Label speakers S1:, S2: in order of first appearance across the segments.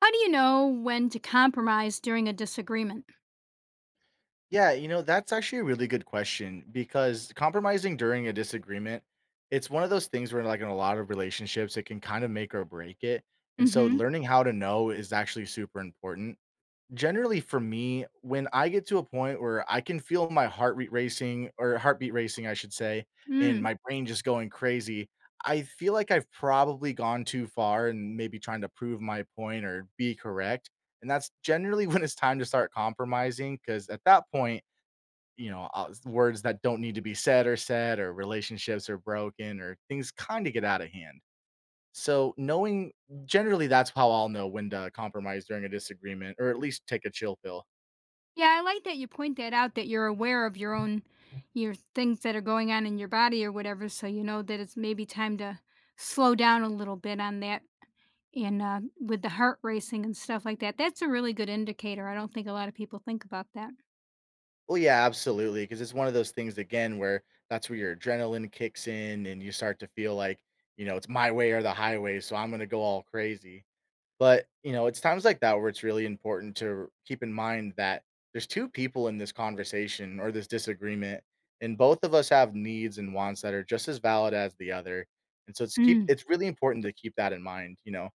S1: How do you know when to compromise during a disagreement?
S2: Yeah, you know, that's actually a really good question because compromising during a disagreement, it's one of those things where like in a lot of relationships, it can kind of make or break it. And so
S1: Mm-hmm.
S2: learning how to know is actually super important. Generally for me, when I get to a point where I can feel my heart rate racing or heartbeat racing, I should say, and
S1: Mm.
S2: my brain just going crazy, I feel like I've probably gone too far and maybe trying to prove my point or be correct. And that's generally when it's time to start compromising because at that point, words that don't need to be said are said, or relationships are broken, or things kind of get out of hand. So, knowing generally that's how I'll know when to compromise during a disagreement, or at least take a chill pill.
S1: Yeah, I like that you point that out, that you're aware of your own, your things that are going on in your body or whatever, so you know that it's maybe time to slow down a little bit on that and with the heart racing and stuff like that. That's a really good indicator. I don't think a lot of people think about that.
S2: Well, yeah, absolutely. Because it's one of those things, again, where that's where your adrenaline kicks in and you start to feel like, you know, it's my way or the highway. So I'm going to go all crazy. But, you know, it's times like that where it's really important to keep in mind that there's two people in this conversation or this disagreement, and both of us have needs and wants that are just as valid as the other. And so it's keep
S1: Mm.
S2: it's really important to keep that in mind, you know.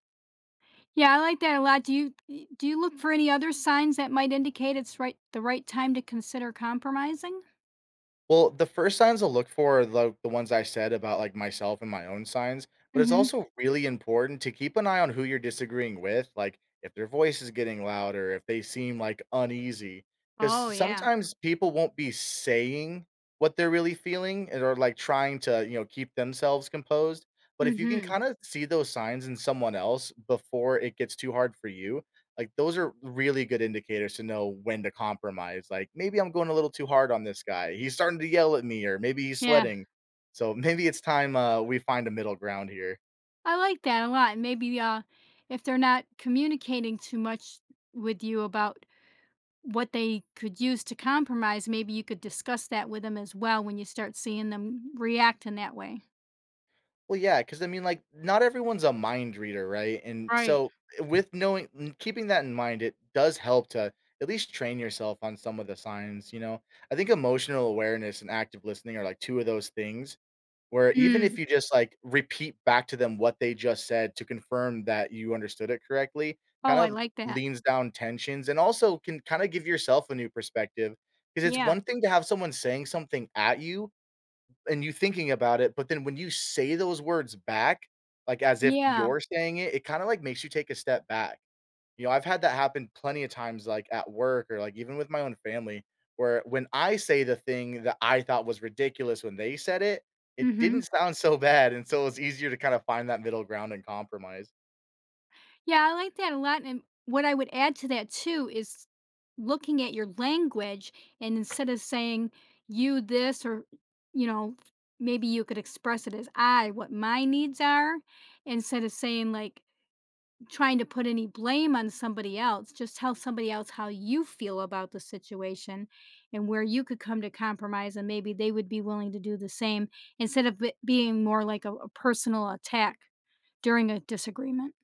S1: Yeah, I like that a lot. Do you look for any other signs that might indicate it's the right time to consider compromising?
S2: Well, the first signs I'll look for are the ones I said about, like, myself and my own signs, but it's
S1: Mhm.
S2: also really important to keep an eye on who you're disagreeing with, like, if their voice is getting louder, if they seem, like, uneasy, because
S1: Oh, yeah.
S2: sometimes people won't be saying what they're really feeling and are like, trying to, you know, keep themselves composed, but if you can
S1: Mhm.
S2: kinda see those signs in someone else before it gets too hard for you like, those are really good indicators to know when to compromise. Like, maybe I'm going a little too hard on this guy. He's starting to yell at me, or maybe he's
S1: Yeah.
S2: sweating. So maybe it's time we find a middle ground here.
S1: I like that a lot, and maybe, if they're not communicating too much with you about what they could use to compromise, maybe you could discuss that with them as well when you start seeing them react in that way.
S2: Well, yeah, because I mean, like, not everyone's a mind reader, right? And
S1: Right.
S2: so, with knowing, keeping that in mind, it does help to at least train yourself on some of the signs. You know, I think emotional awareness and active listening are like two of those things where even if
S1: Mm.
S2: you just, like, repeat back to them what they just said to confirm that you understood it correctly, kind
S1: Oh, I
S2: of
S1: like that.
S2: leans down tensions and also can kinda give yourself a new perspective, because it's
S1: Yeah.
S2: one thing to have someone saying something at you and you thinking about it, but then when you say those words back, like, as if
S1: Yeah.
S2: you're saying it, it kinda, like, makes you take a step back. You know, I've had that happen plenty of times, like at work or like even with my own family, where when I say the thing that I thought was ridiculous when they said it, it
S1: Mhm.
S2: didn't sound so bad. And so it's easier to kind of find that middle ground and compromise.
S1: Yeah, I like that a lot, and what I would add to that too is looking at your language, and instead of saying you this or you know, maybe you could express it as I, what my needs are, instead of saying like trying to put any blame on somebody else, just tell somebody else how you feel about the situation and where you could come to compromise and maybe they would be willing to do the same, instead of it being more like a personal attack during a disagreement.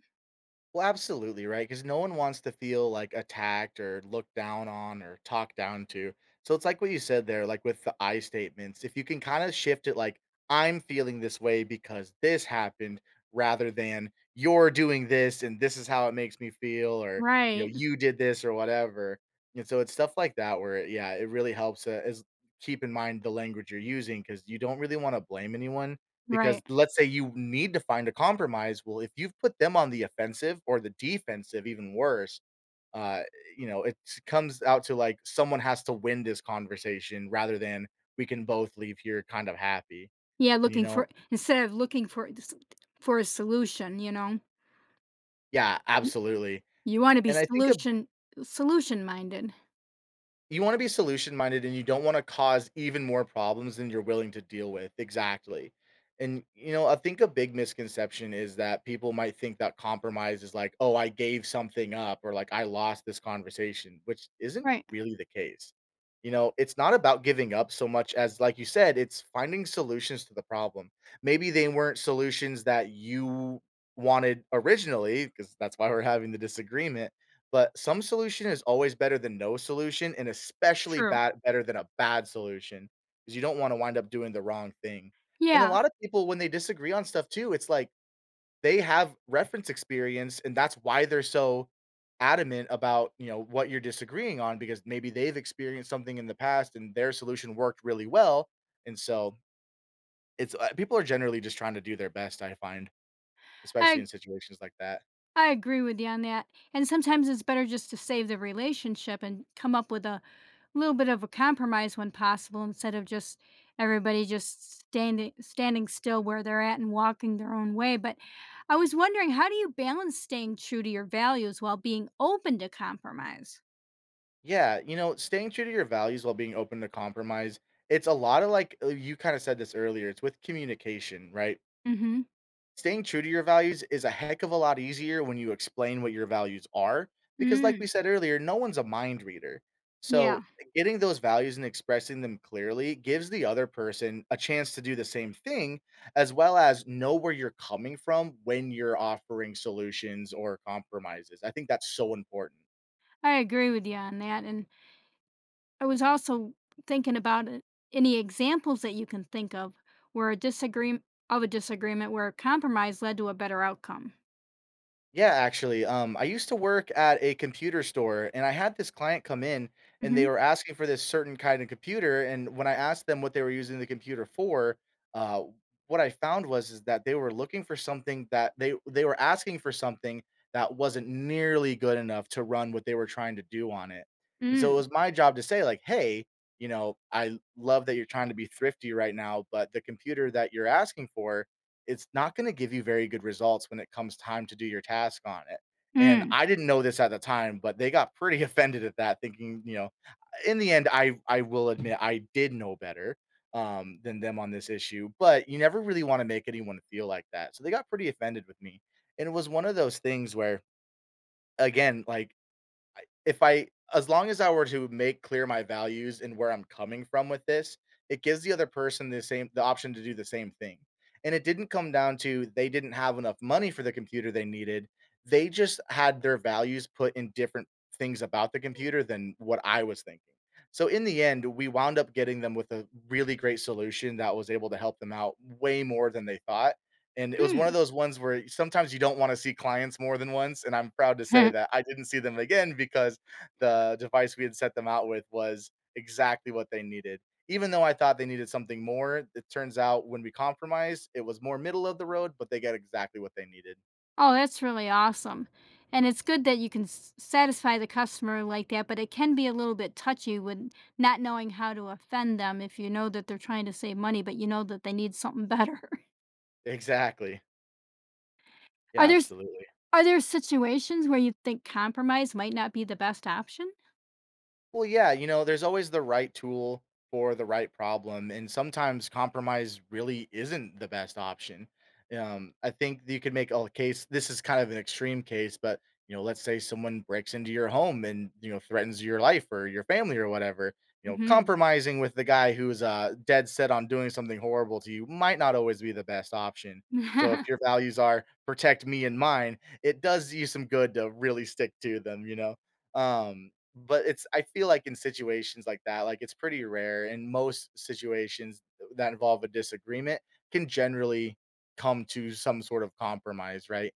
S2: Well, absolutely, right? Because no one wants to feel like attacked or looked down on or talked down to. So it's like what you said there, like with the I statements. If you can kind of shift it, like, I'm feeling this way because this happened, rather than you're doing this and this is how it makes me feel, or, you know,
S1: Right,
S2: you did this or whatever. And so it's stuff like that where, yeah, it really helps is keep in mind the language you're using because you don't really want to blame anyone because
S1: right.
S2: let's say you need to find a compromise, well, if you've put them on the offensive or the defensive, even worse, uh, you know, comes out to like someone has to win this conversation rather than we can both leave here kind of happy.
S1: Yeah,
S2: And you
S1: looking
S2: know,
S1: for, instead of looking for s, for a solution, you know?
S2: yeah,
S1: Y,
S2: absolutely.
S1: you wanna be
S2: And I think a
S1: solution, solution-minded.
S2: you wanna be solution minded and you don't wanna cause even more problems than you're willing to deal with, exactly. And, you know, I think a big misconception is that people might think that compromise is like, "Oh, I gave something up," or like, "I lost this conversation," which isn't
S1: Right,
S2: really the case. You know, it's not about giving up so much as, like you said, it's finding solutions to the problem. Maybe they weren't solutions that you wanted originally, because that's why we're having the disagreement, but some solution is always better than no solution, and especially
S1: true.
S2: bad better than a bad solution, because you don't wanna wind up doing the wrong thing. And a
S1: Yeah,
S2: lot of people, when they disagree on stuff too, it's like they have reference experience, and that's why they're so adamant about, you know, what you're disagreeing on because maybe they've experienced something in the past and their solution worked really well, and so it's, people are generally just trying to do their best, I find, especially
S1: I
S2: in situations like that.
S1: I agree with you on that, and sometimes it's better just to save the relationship and come up with a little bit of a compromise when possible, instead of just everybody just standing still where they're at and walking their own way. But I was wondering, how do you balance staying true to your values while being open to compromise?
S2: Yeah, you know, staying true to your values while being open to compromise, it's a lot of like you kind of said this earlier, it's with communication, right?
S1: Mhm.
S2: Staying true to your values is a heck of a lot easier when you explain what your values are because like we
S1: Mm,
S2: said earlier, no one's a mind reader.
S1: yeah,
S2: So, getting those values and expressing them clearly gives the other person a chance to do the same thing as well as know where you're coming from when you're offering solutions or compromises. I think that's so important.
S1: I agree with you on that, and I was also thinking about it, any examples that you can think of where a disagreement, where a compromise led to a better outcome.
S2: Yeah, actually, I used to work at a computer store, and I had this client come in, and
S1: Mhm.
S2: they were asking for this certain kind of computer. And when I asked them what they were using the computer for, uh, what I found was is that they were looking for something that they were asking for something that wasn't nearly good enough to run what they were trying to do on it. And so it
S1: Mm,
S2: was my job to say like, hey, you know, I love that you're trying to be thrifty right now, but the computer that you're asking for it's not going to give you very good results when it comes time to do your task on it. And
S1: mm,
S2: I didn't know this at the time, but they got pretty offended at that, thinking, you know, in the end, I will admit I did know better than them on this issue, but you never really want to make anyone feel like that. So they got pretty offended with me. And it was one of those things where, again, like if I as long as I were to make clear my values and where I'm coming from with this, it gives the other person the option to do the same thing. And it didn't come down to they didn't have enough money for the computer they needed. They just had their values put in different things about the computer than what I was thinking. So in the end, we wound up getting them with a really great solution that was able to help them out way more than they thought. And it was one of
S1: mm.
S2: those ones where sometimes you don't wanna see clients more than once, and I'm proud to say that I didn't see them again because the device we had set them out with was exactly what they needed. Even though I thought they needed something more, it turns out when we compromised, it was more middle of the road, but they got exactly what they needed.
S1: Oh, that's really awesome, and it's good that you can s, satisfy the customer like that, but it can be a little bit touchy with not knowing how to offend them if you know that they're trying to save money, but you know that they need something better.
S2: Exactly.
S1: Are
S2: Yeah,
S1: there s,
S2: absolutely.
S1: are there situations where you think compromise might not be the best option?
S2: Well, yeah, you know, there's always the right tool for the right problem, and sometimes compromise really isn't the best option. I think you could make a case. This is kind of an extreme case, but you know, let's say someone breaks into your home and you know threatens your life or your family or whatever. You know,
S1: Mhm.
S2: compromising with the guy who's dead set on doing something horrible to you might not always be the best option. So if your values are protect me and mine, it does you some good to really stick to them. You know. Um, but it's I feel like in situations like that, like, it's pretty rare, and most situations that involve a disagreement can generally come to some sort of compromise, right?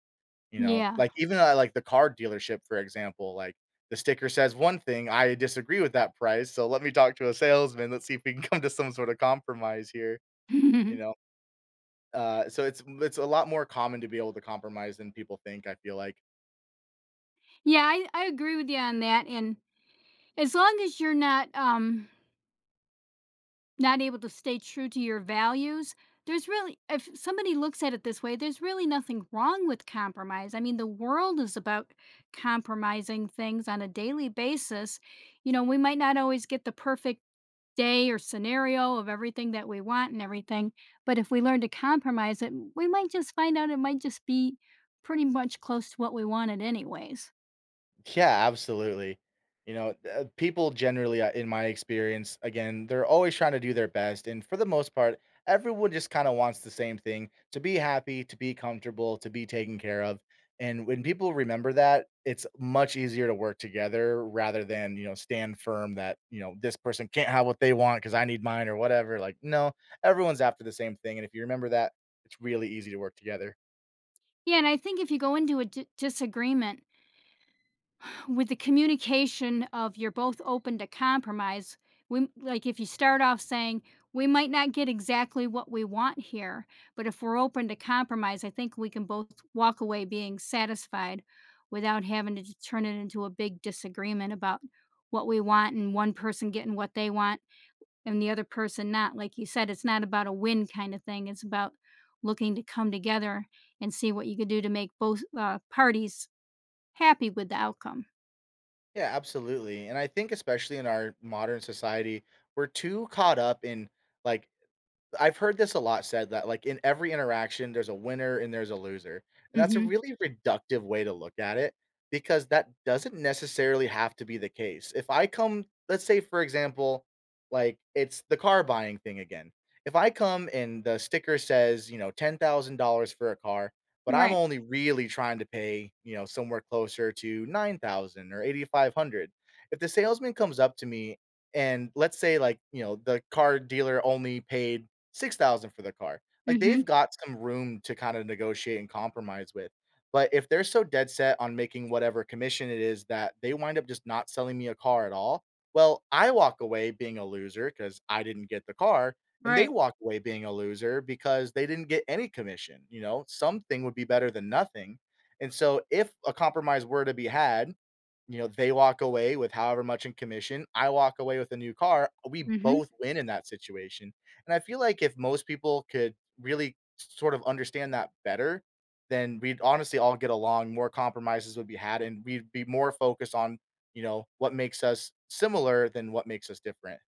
S2: You know,
S1: Yeah.
S2: like, even at, like, the car dealership, for example, like, the sticker says one thing, "I disagree with that price, so let me talk to a salesman, let's see if we can come to some sort of compromise here," you know? So it's a lot more common to be able to compromise than people think, I feel like.
S1: Yeah, I agree with you on that, and as long as you're not, not able to stay true to your values, there's really, if somebody looks at it this way, there's really nothing wrong with compromise. I mean, the world is about compromising things on a daily basis. You know, we might not always get the perfect day or scenario of everything that we want and everything. But if we learn to compromise it, we might just find out it might just be pretty much close to what we wanted anyways.
S2: Yeah, absolutely. You know, people generally, in my experience, again, they're always trying to do their best. And for the most part, everyone just kind of wants the same thing: to be happy, to be comfortable, to be taken care of. And when people remember that, it's much easier to work together rather than, you know, stand firm that, you know, this person can't have what they want because I need mine or whatever. Like, no, everyone's after the same thing. And if you remember that, it's really easy to work together.
S1: Yeah, and I think if you go into a d- disagreement with the communication of you're both open to compromise, we, like, if you start off saying we might not get exactly what we want here, but if we're open to compromise, I think we can both walk away being satisfied without having to j- turn it into a big disagreement about what we want and one person getting what they want and the other person not, like you said, it's not about a win kind of thing, it's about looking to come together and see what you could do to make both parties happy with the outcome.
S2: Yeah, absolutely. And I think especially in our modern society, we're too caught up in like I've heard this a lot said that, like, in every interaction, there's a winner and there's a loser, and that's a really reductive way to look at it because that doesn't necessarily have to be the case. If I come let's say, for example, like, it's the car buying thing again. If I come and the sticker says, you know, $10,000 for a car, but I'm
S1: Right.
S2: only really trying to pay, you know, somewhere closer to 9,000 or 8,500. If the salesman comes up to me and let's say, like, you know, the car dealer only paid 6,000 for the car. Like, they've
S1: Mhm.
S2: got some room to kinda negotiate and compromise with, but if they're so dead set on making whatever commission it is that they wind up just not selling me a car at all, well, I walk away being a loser because I didn't get the car, and they
S1: Right.
S2: walk away being a loser because they didn't get any commission, you know? Something would be better than nothing, and so if a compromise were to be had, you know, they walk away with however much in commission, I walk away with a new car, we
S1: Mhm.
S2: both win in that situation. And I feel like if most people could really sort of understand that better, then we'd honestly all get along, more compromises would be had, and we'd be more focused on, you know, what makes us similar than what makes us different.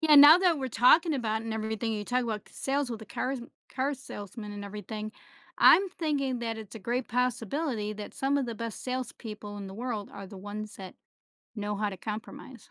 S1: Yeah, now that we're talking about it and everything, you talk about sales with the cars, car salesman and everything. I'm thinking that it's a great possibility that some of the best salespeople in the world are the ones that know how to compromise.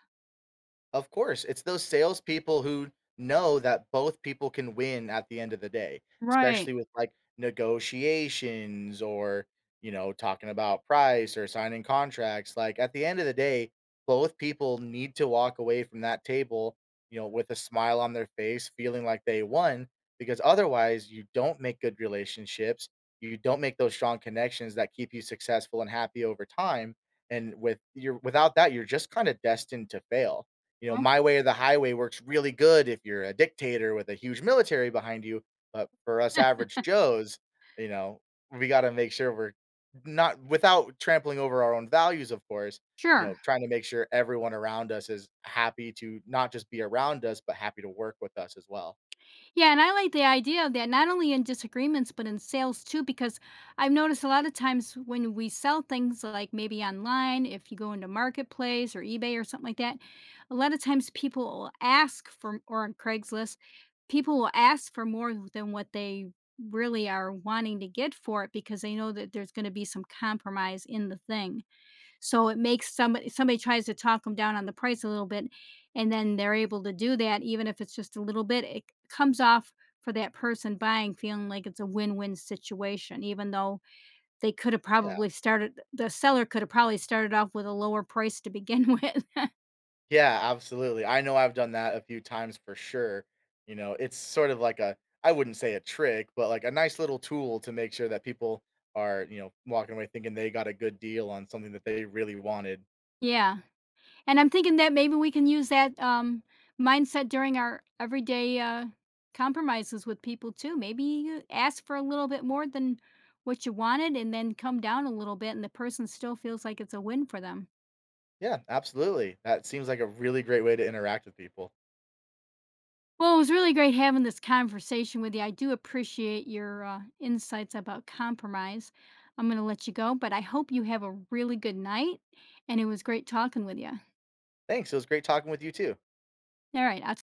S2: Of course, it's those salespeople who know that both people can win at the end of the day,
S1: Right.
S2: especially with like negotiations or, you know, talking about price or signing contracts. Like at the end of the day, both people need to walk away from that table, you know, with a smile on their face, feeling like they won, because otherwise you don't make good relationships. You don't make those strong connections that keep you successful and happy over time. And with your without that, you're just kind of destined to fail. You know,
S1: Huh?
S2: my way or the highway works really good if you're a dictator with a huge military behind you, but for us average Joes, you know, we gotta make sure we're not without trampling over our own values, of course, you
S1: Sure.
S2: know, trying to make sure everyone around us is happy to not just be around us, but happy to work with us as well.
S1: Yeah, and I like the idea of that not only in disagreements but in sales too, because I've noticed a lot of times when we sell things like maybe online, if you go into marketplace or eBay or something like that, a lot of times people will ask for, or on Craigslist, people will ask for more than what they really are wanting to get for it because they know that there's going to be some compromise in the thing. So it makes somebody, tries to talk them down on the price a little bit, and then they're able to do that even if it's just a little bit. It comes off, for that person buying, feeling like it's a win-win situation, even though they could have
S2: Yeah.
S1: probably started, the seller could have probably started off with a lower price to begin with.
S2: Yeah, absolutely. I know I've done that a few times for sure. You know, it's sort of like a I wouldn't say a trick, but like a nice little tool to make sure that people are, you know, walking away thinking they got a good deal on something that they really wanted.
S1: Yeah. And I'm thinking that maybe we can use that, mindset during our everyday, compromises with people too. Maybe you ask for a little bit more than what you wanted and then come down a little bit and the person still feels like it's a win for them.
S2: Yeah, absolutely. That seems like a really great way to interact with people.
S1: Well, it was really great having this conversation with you. I do appreciate your, insights about compromise. I'm gonna let you go, but I hope you have a really good night, and it was great talking with you.
S2: Thanks. It was great talking with you too.
S1: Alright, I'll